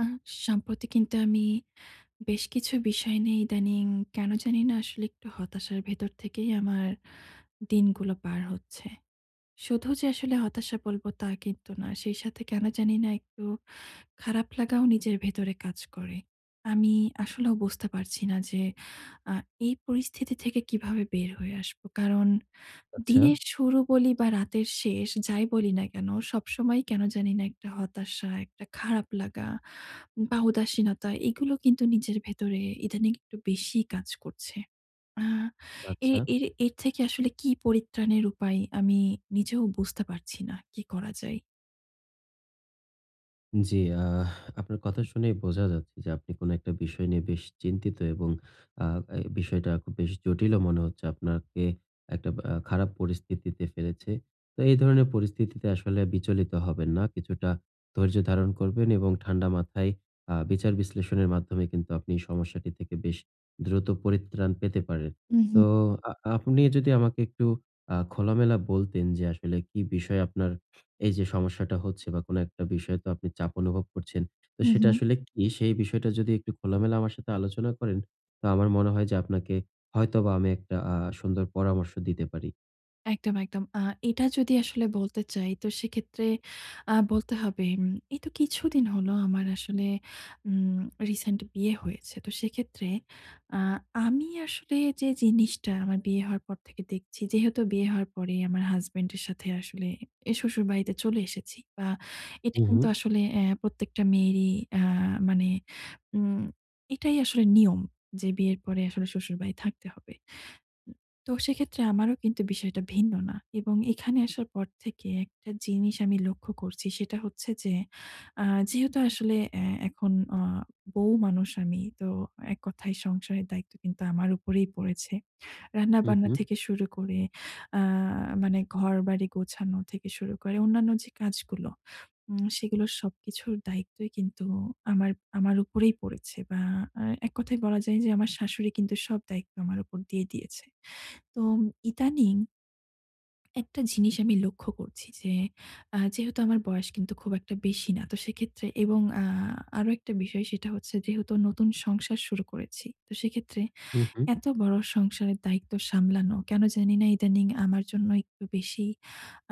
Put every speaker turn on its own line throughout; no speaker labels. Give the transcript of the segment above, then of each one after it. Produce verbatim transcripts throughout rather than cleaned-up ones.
আহ সম্প্রতি কিন্তু আমি বেশ কিছু বিষয় নিয়ে ইদানিং কেন জানি না আসলে একটু হতাশার ভেতর থেকেই আমার দিনগুলো পার হচ্ছে। শুধু যে আসলে হতাশা বলব তা কিন্তু না। সেই সাথে কেন জানি না একটু খারাপ লাগাও নিজের ভেতরে কাজ করে। আমি আসলেও বুঝতে পারছি না যে আ এই পরিস্থিতি থেকে কিভাবে বের হয়ে আসবো। কারণ
আচ্ছা,
দিনের শুরু বলি বা রাতের শেষ যাই বলি না কেন সবসময়ই কেন জানি না একটা হতাশা, একটা খারাপ লাগা বা উদাসীনতা এগুলো কিন্তু নিজের ভেতরে ইদানিং একটু বেশিই কাজ করছে। আহ এ
আচ্ছা।
এর এর থেকে আসলে কি পরিত্রাণের উপায় আমি নিজেও বুঝতে পারছি না। কি করা যায়?
জি, আহ আপনার কথা শুনেই বোঝা যাচ্ছে যে আপনি কোনো একটা বিষয় নিয়ে বেশ চিন্তিত এবং আ এই বিষয়টা খুব বেশ জটিলও মনে হচ্ছে। আপনাকে একটা আ খারাপ পরিস্থিতিতে ফেলেছে। তো এই ধরনের পরিস্থিতিতে আসলে বিচলিত হবেন না। কিছুটা ধৈর্য ধারণ করবেন এবং ঠান্ডা মাথায় আ বিচার বিশ্লেষণের মাধ্যমে কিন্তু আপনি এই সমস্যাটি থেকে বেশ দ্রুত পরিত্রাণ পেতে পারেন। তো
উহু,
আ আপনি যদি আমাকে একটু আ খোলামেলা বলতেন যে আসলে কি বিষয়ে আপনার এই যে সমস্যাটা হচ্ছে, বা কোনো একটা বিষয়ে তো আপনি চাপ অনুভব করছেন। তো সেটা
উহু।
আসলে কি, সেই বিষয়টা যদি একটু খোলামেলা আমার সাথে আলোচনা করেন, তো আমার মনে হয় যে আপনাকে হয়তোবা আমি একটা আ সুন্দর পরামর্শ দিতে পারি।
একদম, একদম। আ এটা যদি আসলে বলতে চাই তো সেক্ষেত্রে আ বলতে হবে, উম এই তো কিছুদিন হলো আমার আসলে উম রিসেন্ট বিয়ে হয়েছে। তো সেক্ষেত্রে আ আমি আসলে যে জিনিসটা আমার বিয়ে হওয়ার পর থেকে দেখছি, যেহেতু বিয়ে হওয়ার পরে আমার হাসব্যান্ডের সাথে আসলে এ শ্বশুরবাড়িতে চলে এসেছি, বা এটা
হু, হু।
কিন্তু আসলে অ্যা প্রত্যেকটা মেয়েরই আ মানে উম এটাই আসলে নিয়ম যে বিয়ের পরে আসলে শ্বশুরবাড়ি থাকতে হবে। তো সেক্ষেত্রে আমারও কিন্তু বিষয়টা ভিন্ন না, এবং এখানে আসার পর থেকে একটা জিনিস আমি লক্ষ্য করছি, সেটা হচ্ছে যে আ যেহেতু আসলে অ্যা এখন আ বউ মানুষ আমি, তো এক কথায় সংসারের দায়িত্ব কিন্তু আমার উপরেই পড়েছে।
হু,
রান্না-বান্না
হু।
থেকে শুরু করে, আ মানে ঘরবাড়ি গোছানো থেকে শুরু করে অন্যান্য যে কাজগুলো, উম সেগুলোর সবকিছুর দায়িত্বই কিন্তু আমার আমার উপরেই পড়েছে, বা আ এক কথায় বলা যায় যে আমার শাশুড়ি কিন্তু সব দায়িত্ব আমার উপর দিয়ে দিয়েছে। তো ইদানিং একটা জিনিস আমি লক্ষ্য করছি যে, আ যেহেতু আমার বয়স কিন্তু খুব একটা বেশি না। তো সেক্ষেত্রে এবং আ আরো একটা বিষয় সেটা হচ্ছে যেহেতু নতুন সংসার শুরু করেছি। তো সেক্ষেত্রে
হু, হু।
এত বড় সংসারের দায়িত্ব সামলানো কেন জানি না ইদানিং আমার জন্য একটু বেশি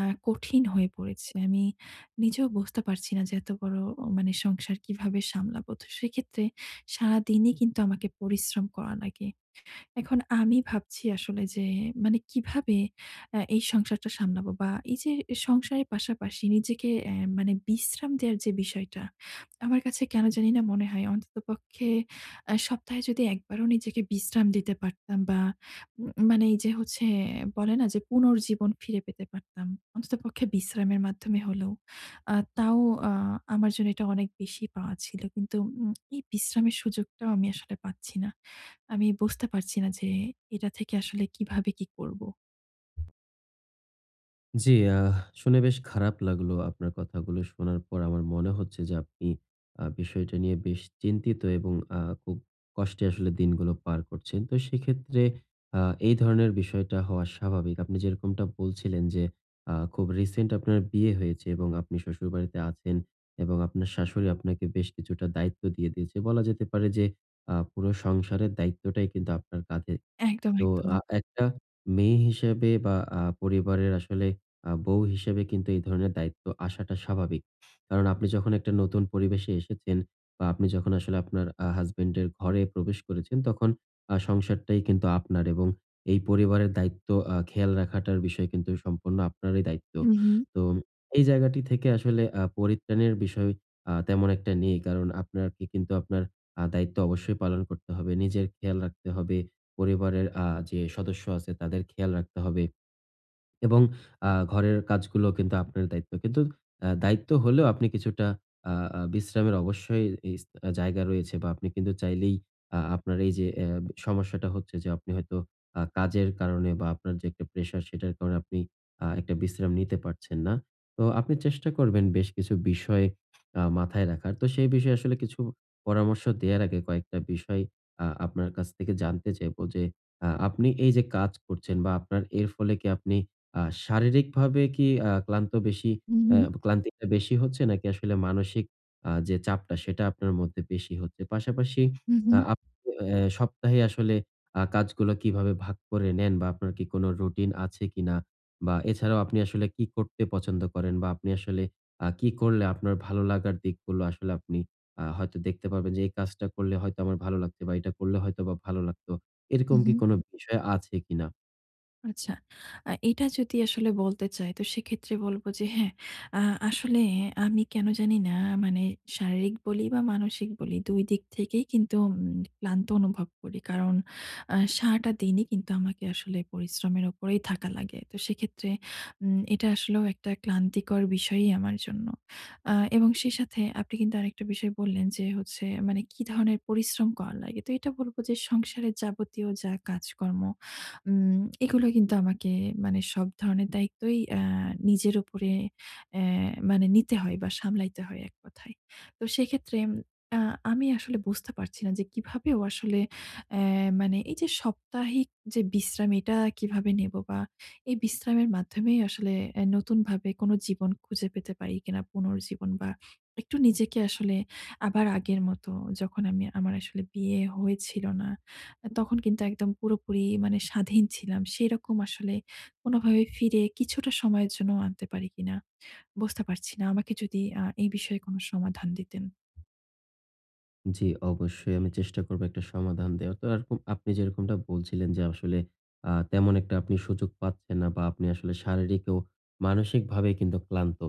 আ কঠিন হয়ে পড়েছে। আমি নিজেও বুঝতে পারছি না যে এত বড় মানে সংসার কিভাবে সামলাবো। তো সেক্ষেত্রে সারাদিনই কিন্তু আমাকে পরিশ্রম করা লাগে। এখন আমি ভাবছি আসলে যে, মানে কিভাবে অ্যা এই সংসারটা সামলাবো, বা এই যে সংসারের পাশাপাশি নিজেকে অ্যা মানে বিশ্রাম দেওয়ার যে বিষয়টা, আমার কাছে কেন জানি না মনে হয় অন্ততপক্ষে আ সপ্তাহে যদি একবারও নিজেকে বিশ্রাম দিতে পারতাম বা উম মানে এই যে হচ্ছে বলে না যে পুনর্জীবন ফিরে পেতে পারতাম। অন্ততপক্ষে বিশ্রামের মাধ্যমে হলেও। আ তাও আ আমার জন্য এটা অনেক বেশি পাওয়া ছিল। কিন্তু উম এই বিশ্রামের সুযোগটাও আমি আসলে পাচ্ছি না। আমি বুঝতে পারছি না যে এটা থেকে আসলে কিভাবে কি করব?
জি, আহ শুনে বেশ খারাপ লাগলো। আপনার কথাগুলো শোনার পর আমার মনে হচ্ছে যে আপনি আ বিষয়টা নিয়ে বেশ চিন্তিত এবং আ খুব কষ্টে আসলে দিনগুলো পার করছেন। তো সেক্ষেত্রে আ এই ধরনের বিষয়টা হওয়া স্বাভাবিক। আপনি যেরকমটা বলছিলেন যে আ খুব রিসেন্ট আপনার বিয়ে হয়েছে এবং আপনি শ্বশুরবাড়িতে আছেন এবং আপনার শাশুড়ি আপনাকে বেশ কিছুটা দায়িত্ব দিয়ে দিয়েছে। বলা যেতে পারে যে আ পুরো সংসারের দায়িত্বটাই কিন্তু আপনার কাঁধে।
একদম,
তো
একদম।
আ একটা মেয়ে হিসেবে বা আ পরিবারের আসলে আ বউ হিসেবে কিন্তু এই ধরনের দায়িত্ব আসাটা স্বাভাবিক। কারণ আপনি যখন একটা নতুন পরিবেশে এসেছেন বা আপনি যখন আসলে আপনার আ হাসব্যান্ডের ঘরে প্রবেশ করেছেন, তখন আ সংসারটাই কিন্তু আপনার, এবং এই পরিবারের দায়িত্ব আ খেয়াল রাখাটার বিষয় কিন্তু সম্পূর্ণ আপনারই দায়িত্ব।
হু, হু,
তো এই জায়গাটি থেকে আসলে আ পরিত্রাণের বিষয় আ তেমন একটা নেই। কারণ আপনাকে কিন্তু আপনার আ দায়িত্ব অবশ্যই পালন করতে হবে। নিজের খেয়াল রাখতে হবে। পরিবারের আ যে সদস্য আছে তাদের খেয়াল রাখতে হবে। এবং আ ঘরের কাজগুলো কিন্তু আপনার দায়িত্ব। কিন্তু আ দায়িত্ব হলেও আপনি কিছুটা আ আ বিশ্রামের অবশ্যই ইস জায়গা রয়েছে, বা আপনি কিন্তু চাইলেই আ আপনার এই যে অ্যা সমস্যাটা হচ্ছে যে আপনি হয়তো আ কাজের কারণে বা আপনার যে একটা প্রেশার, সেটার কারণে আপনি আ একটা বিশ্রাম নিতে পারছেন না। তো আপনি চেষ্টা করবেন বেশ কিছু বিষয় আ মাথায় রাখার। তো সেই বিষয়ে আসলে কিছু পরামর্শ দেওয়ার আগে কয়েকটা বিষয় আ আপনার কাছ থেকে জানতে চাইবো যে আ আপনি এই যে কাজ করছেন বা আপনার এর ফলে কি আপনি আ শারীরিকভাবে কি আ ক্লান্ত বেশি,
হু, হু,
আ ক্লান্তিটা বেশি হচ্ছে নাকি আসলে মানসিক আ যে চাপটা সেটা আপনার মধ্যে বেশি হচ্ছে? পাশাপাশি
হু, হু,
আ আপনি অ্যা সপ্তাহে আসলে আ কাজগুলো কিভাবে ভাগ করে নেন বা আপনার কি কোনো রুটিন আছে কিনা? বা এছাড়াও আপনি আসলে কি করতে পছন্দ করেন, বা আপনি আসলে আ কি করলে আপনার ভালো লাগার দিকগুলো আসলে আপনি আ হয়তো দেখতে পারবেন যে এই কাজটা করলে হয়তো আমার ভালো লাগছে বা এটা করলে হয়তোবা ভালো লাগতো।
হু,
এরকম
হু।
কি কোনো বিষয় আছে কিনা?
আচ্ছা। আ এটা যদি আসলে বলতে চাই তো সেক্ষেত্রে বলব যে হ্যাঁ, আ আসলে আমি কেন জানি না মানে শারীরিক বলি বা মানসিক বলি দুই দিক থেকেই কিন্তু উম ক্লান্ত অনুভব করি। কারণ আ সারাটা দিনই কিন্তু আমাকে আসলে পরিশ্রমের উপরেই থাকা লাগে। তো সেক্ষেত্রে উম এটা আসলেও একটা ক্লান্তিকর বিষয়ই আমার জন্য। আ এবং সেই সাথে আপনি কিন্তু আরেকটা বিষয় বললেন যে, হচ্ছে মানে কি ধরনের পরিশ্রম করা লাগে। তো এটা বলব যে সংসারের যাবতীয় যা কাজকর্ম, উম এগুলো কিন্তু আমাকে, মানে সব ধরনের দায়িত্বই আ নিজের উপরে, অ্যা মানে নিতে হয় বা সামলাইতে হয় এক কথায়। তো সেক্ষেত্রে আ আমি আসলে বুঝতে পারছি না যে কিভাবেও আসলে অ্যা মানে এই যে সাপ্তাহিক যে বিশ্রাম এটা কিভাবে নেব, বা এই বিশ্রামের মাধ্যমেই আসলে অ্যা নতুনভাবে কোনো জীবন খুঁজে পেতে পারি কিনা, পুনর্জীবন, বা একটু নিজেকে আসলে আবার আগের মতো যখন আমি আমার আসলে বিয়ে হয়েছিল না তখন কিন্তু একদম পুরোপুরি মানে স্বাধীন ছিলাম। সেরকম আসলে কোনোভাবে ফিরে কিছুটা সময়ের জন্য আনতে পারি কিনা বুঝতে পারছি না। আমাকে যদি আ এই বিষয়ে কোনো সমাধান দিতেন।
জি, অবশ্যই আমি চেষ্টা করব একটা সমাধান দেওয়ার। তো এরকম আপনি যেরকমটা বলছিলেন যে আসলে আ তেমন একটা আপনি সুযোগ পাচ্ছেন না বা আপনি আসলে শারীরিক ও মানসিকভাবে কিন্তু ক্লান্ত।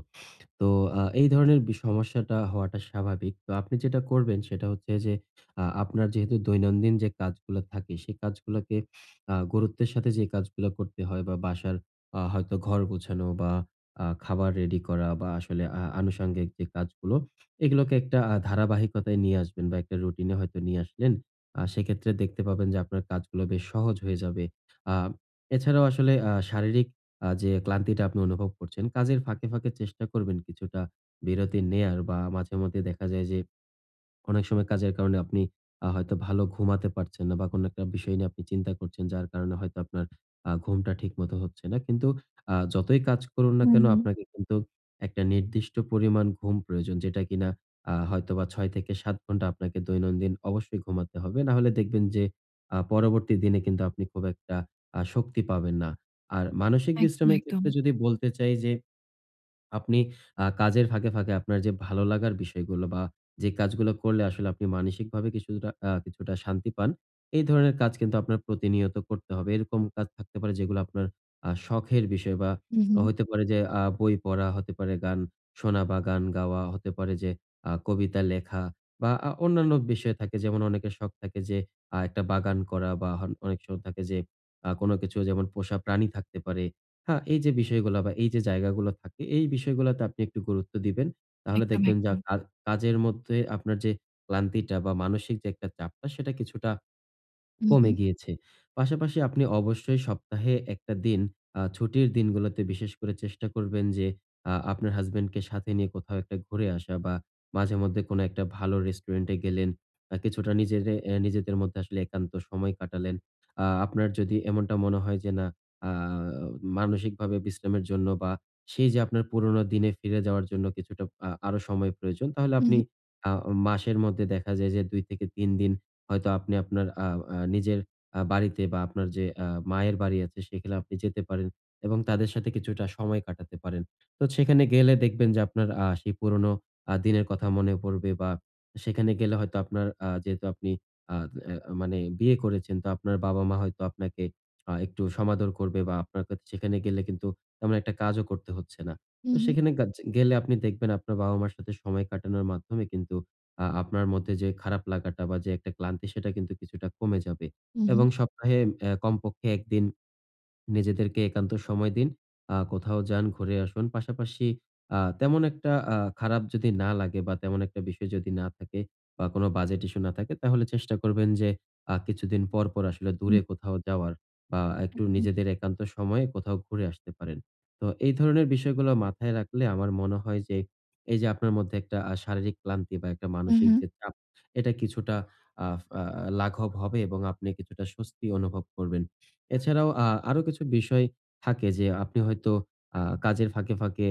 তো আ এই ধরনের বি সমস্যাটা হওয়াটা স্বাভাবিক। তো আপনি যেটা করবেন সেটা হচ্ছে যে আ আপনার যেহেতু দৈনন্দিন যে কাজগুলা থাকে সেই কাজগুলাকে আ গুরুত্বের সাথে যে কাজগুলা করতে হয় বা বাসার আ হয়তো ঘর গোছানো বা আ খাবার রেডি করা বা আসলে আ আনুষঙ্গিক যে কাজগুলো, এগুলোকে একটা আ ধারাবাহিকতায় নিয়ে আসবেন বা একটা রুটিনে হয়তো নিয়ে আসলেন। আ সেক্ষেত্রে দেখতে পাবেন যে আপনার কাজগুলো বেশ সহজ হয়ে যাবে। আ এছাড়াও আসলে আ শারীরিক আ যে ক্লান্তিটা আপনি অনুভব করছেন, কাজের ফাঁকে, ফাঁকে চেষ্টা করবেন কিছুটা বিরতি নেয়ার, বা মাঝে মধ্যে দেখা যায় যে অনেক সময় কাজের কারণে আপনি আ হয়তো ভালো ঘুমাতে পারছেন না বা কোনো একটা বিষয় নিয়ে আপনি চিন্তা করছেন, যার কারণে হয়তো আপনার আ ঘুমটা ঠিকমতো হচ্ছে না। কিন্তু আ যতই কাজ করুন না
হু,
কেন,
হু।
আপনাকে কিন্তু একটা নির্দিষ্ট পরিমাণ ঘুম প্রয়োজন, যেটা কিনা আ হয়তোবা ছয় থেকে সাত ঘন্টা আপনাকে দৈনন্দিন অবশ্যই ঘুমাতে হবে। না হলে দেখবেন যে আ পরবর্তী দিনে কিন্তু আপনি খুব একটা আ শক্তি পাবেন না। আর মানসিক
একদম,
বিশ্রামের
একদম।
ক্ষেত্রে যদি বলতে চাই যে আপনি আ কাজের ফাঁকে, ফাঁকে আপনার যে ভালো লাগার বিষয়গুলো বা যে কাজগুলো করলে আসলে আপনি মানসিকভাবে কিছুটা আ কিছুটা শান্তি পান, এই ধরনের কাজ কিন্তু আপনার প্রতিনিয়ত করতে হবে। এরকম কাজ থাকতে পারে যেগুলো আপনার আ শখের বিষয় বা
হু, হু।
হতে পারে যে আ বই পড়া, হতে পারে গান শোনা বা গান গাওয়া, হতে পারে যে আ কবিতা লেখা বা আ অন্যান্য বিষয় থাকে। যেমন অনেকের শখ থাকে যে আ একটা বাগান করা, বা হন অনেক শখ থাকে যে আ কোন কিছু, যেমন পোষা প্রাণী থাকতে পারে। হ্যাঁ, এই যে বিষয়গুলা বা এই যে জায়গাগুলো থাকে, এই বিষয়গুলাতে আপনি একটু গুরুত্ব দিবেন। তাহলে
একদম,
দেখবেন যা
একদম।
কা কাজের মধ্যে আপনার যে ক্লান্তিটা বা মানসিক যে একটা চাপটা, সেটা কিছুটা
হু, হু।
কমে গিয়েছে। পাশাপাশি আপনি অবশ্যই সপ্তাহে একটা দিন, আ ছুটির দিনগুলোতে বিশেষ করে চেষ্টা করবেন যে আ আপনার হাসব্যান্ডকে সাথে নিয়ে কোথাও একটা ঘুরে আসা, বা মাঝেমধ্যে কোনো একটা ভালো রেস্টুরেন্টে গেলেন। আ কিছুটা নিজেরে এ নিজেদের মধ্যে আসলে একান্ত সময় কাটালেন। আ আপনার যদি এমনটা মনে হয় যে না, আ মানসিকভাবে বিশ্রামের জন্য বা সেই যে আপনার পুরোনো দিনে ফিরে যাওয়ার জন্য কিছুটা আ আরো সময় প্রয়োজন, তাহলে
হু,
আপনি
হু।
আ মাসের মধ্যে দেখা যায় যে দুই থেকে তিন দিন হয়তো আপনি আপনার আ আ নিজের আ বাড়িতে বা আপনার যে আ মায়ের বাড়ি আছে সেখানে আপনি যেতে পারেন এবং তাদের সাথে কিছুটা সময় কাটাতে পারেন। তো সেখানে গেলে দেখবেন যে আপনার আ সেই পুরনো আ দিনের কথা মনে পড়বে, বা সেখানে গেলে হয়তো আপনার আ যেহেতু আপনি আ আ মানে বিয়ে করেছেন, তো আপনার বাবা-মা হয়তো আপনাকে আ একটু সমাদর করবে, বা আপনার কাছে সেখানে গেলে কিন্তু তেমন একটা কাজও করতে হচ্ছে না।
হু,
তো
হু।
সেখানে গাচ গেলে আপনি দেখবেন আপনার বাবা-মার সাথে সময় কাটানোর মাধ্যমে কিন্তু আ আপনার মধ্যে যে খারাপ লাগাটা বা যে একটা ক্লান্তি, সেটা কিন্তু কিছুটা কমে যাবে।
হু, হু।
এবং সপ্তাহে অ্যা কমপক্ষে এক দিন নিজেদেরকে একান্ত সময় দিন। আ কোথাও যান, ঘুরে আসুন। পাশাপাশি আ তেমন একটা আ খারাপ যদি না লাগে বা তেমন একটা বিষয় যদি না থাকে বা কোনো বাজেট ইস্যু না থাকে, তাহলে চেষ্টা করবেন যে আ কিছুদিন পর, পর আসলে দূরে কোথাও যাওয়ার বা একটু
হু,
নিজেদের একান্ত সময়ে কোথাও ঘুরে আসতে পারেন। তো এই ধরনের বিষয়গুলো মাথায় রাখলে আমার মনে হয় যে এই যে আপনার মধ্যে একটা আ শারীরিক ক্লান্তি বা একটা মানসিক
হু।
যে চাপ, এটা কিছুটা আ আ লাঘব হবে এবং আপনি কিছুটা স্বস্তি অনুভব করবেন। এছাড়াও আ আরো কিছু বিষয় থাকে যে আপনি হয়তো আ কাজের ফাঁকে, ফাঁকে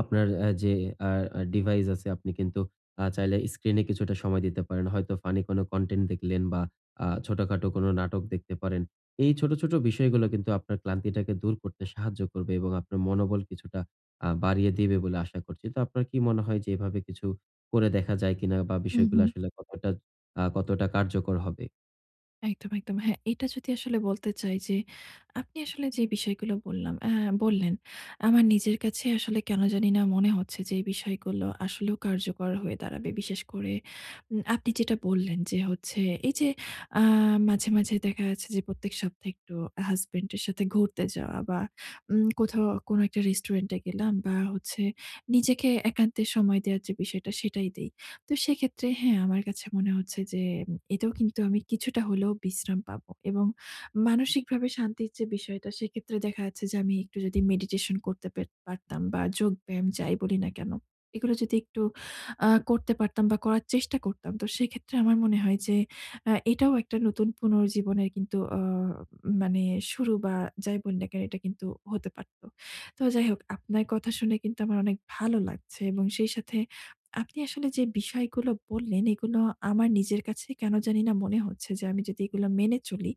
আপনার অ্যা যে আ আ ডিভাইস আছে, আপনি কিন্তু আ চাইলে স্ক্রিনে কিছুটা সময় দিতে পারেন। হয়তো ফানি কোনো কনটেন্ট দেখলেন বা আ ছোটখাটো কোনো নাটক দেখতে পারেন। এই ছোট, ছোট বিষয়গুলো কিন্তু আপনার ক্লান্তিটাকে দূর করতে সাহায্য করবে এবং আপনার মনোবল কিছুটা আ বাড়িয়ে দিবে বলে আশা করছি। তো আপনার কি মনে হয় যে এভাবে কিছু করে দেখা যায় কিনা বা
হু,
বিষয়গুলো
হু।
আসলে কতটা আ কতটা কার্যকর হবে?
একদম, একদম। হ্যাঁ, এটা যদি আসলে বলতে চাই যে, আপনি আসলে যে বিষয়গুলো বললাম অ্যা বললেন, আমার নিজের কাছে আসলে কেন জানি না মনে হচ্ছে যে এই বিষয়গুলো আসলেও কার্যকর হয়ে দাঁড়াবে। বিশেষ করে উম আপনি যেটা বললেন যে হচ্ছে এই যে আ মাঝে, মাঝে দেখা যাচ্ছে যে প্রত্যেক সপ্তাহে একটু হাসব্যান্ডের সাথে ঘুরতে যাওয়া বা উম কোথাও কোনো একটা রেস্টুরেন্টে গেলাম বা হচ্ছে নিজেকে একান্তে সময় দেওয়ার যে বিষয়টা সেটাই দেই। তো সেক্ষেত্রে হ্যাঁ, আমার কাছে মনে হচ্ছে যে এতেও কিন্তু আমি কিছুটা হলেও বিশ্রাম পাবো, এবং মানসিকভাবে শান্তির যে বিষয়টা সেক্ষেত্রে দেখা যাচ্ছে যে আমি একটু যদি মেডিটেশন করতে পে পারতাম বা যোগব্যায়াম যাই বলি না কেন, এগুলো যদি একটু আ করতে পারতাম বা করার চেষ্টা করতাম, তো সেক্ষেত্রে আমার মনে হয় যে আ এটাও একটা নতুন পুনর্জীবনের কিন্তু আ মানে শুরু, বা যাই বলি না কেন এটা কিন্তু হতে পারত। তো যাই হোক, আপনার কথা শুনে কিন্তু আমার অনেক ভালো লাগছে, এবং সেই সাথে আপনি আসলে যে বিষয়গুলো বললেন, এগুলো আমার নিজের কাছে কেন জানি না মনে হচ্ছে যে আমি যদি এগুলো মেনে চলি,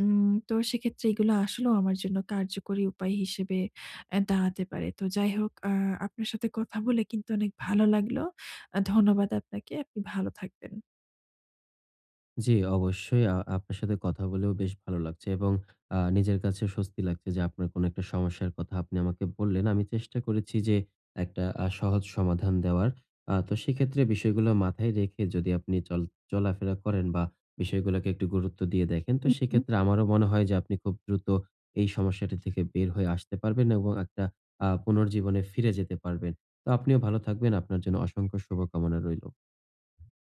উম তো সেক্ষেত্রে এগুলো আসলেও আমার জন্য কার্যকরী উপায় হিসেবে অ্যা দাঁড়াতে পারে। তো যাই হোক, আ আপনার সাথে কথা বলে কিন্তু অনেক ভালো লাগলো। আ ধন্যবাদ আপনাকে। আপনি ভালো থাকবেন।
জি, অবশ্যই আ আপনার সাথে কথা বলেও বেশ ভালো লাগছে এবং আ নিজের কাছে স্বস্তি লাগছে যে আপনার কোনো একটা সমস্যার কথা আপনি আমাকে বললেন। আমি চেষ্টা করেছি যে একটা আ সহজ সমাধান দেওয়ার। আ তো সেক্ষেত্রে বিষয়গুলো মাথায় রেখে যদি আপনি চল চলাফেরা করেন বা বিষয়গুলোকে একটু গুরুত্ব দিয়ে দেখেন, তো সেক্ষেত্রে আমারও মনে হয় যে আপনি খুব দ্রুত এই সমস্যাটি থেকে বের হয়ে আসতে পারবেন এবং একটা আ পুনর্জীবনে ফিরে যেতে পারবেন। তো আপনিও ভালো থাকবেন। আপনার জন্য অসংখ্য শুভকামনা রইল।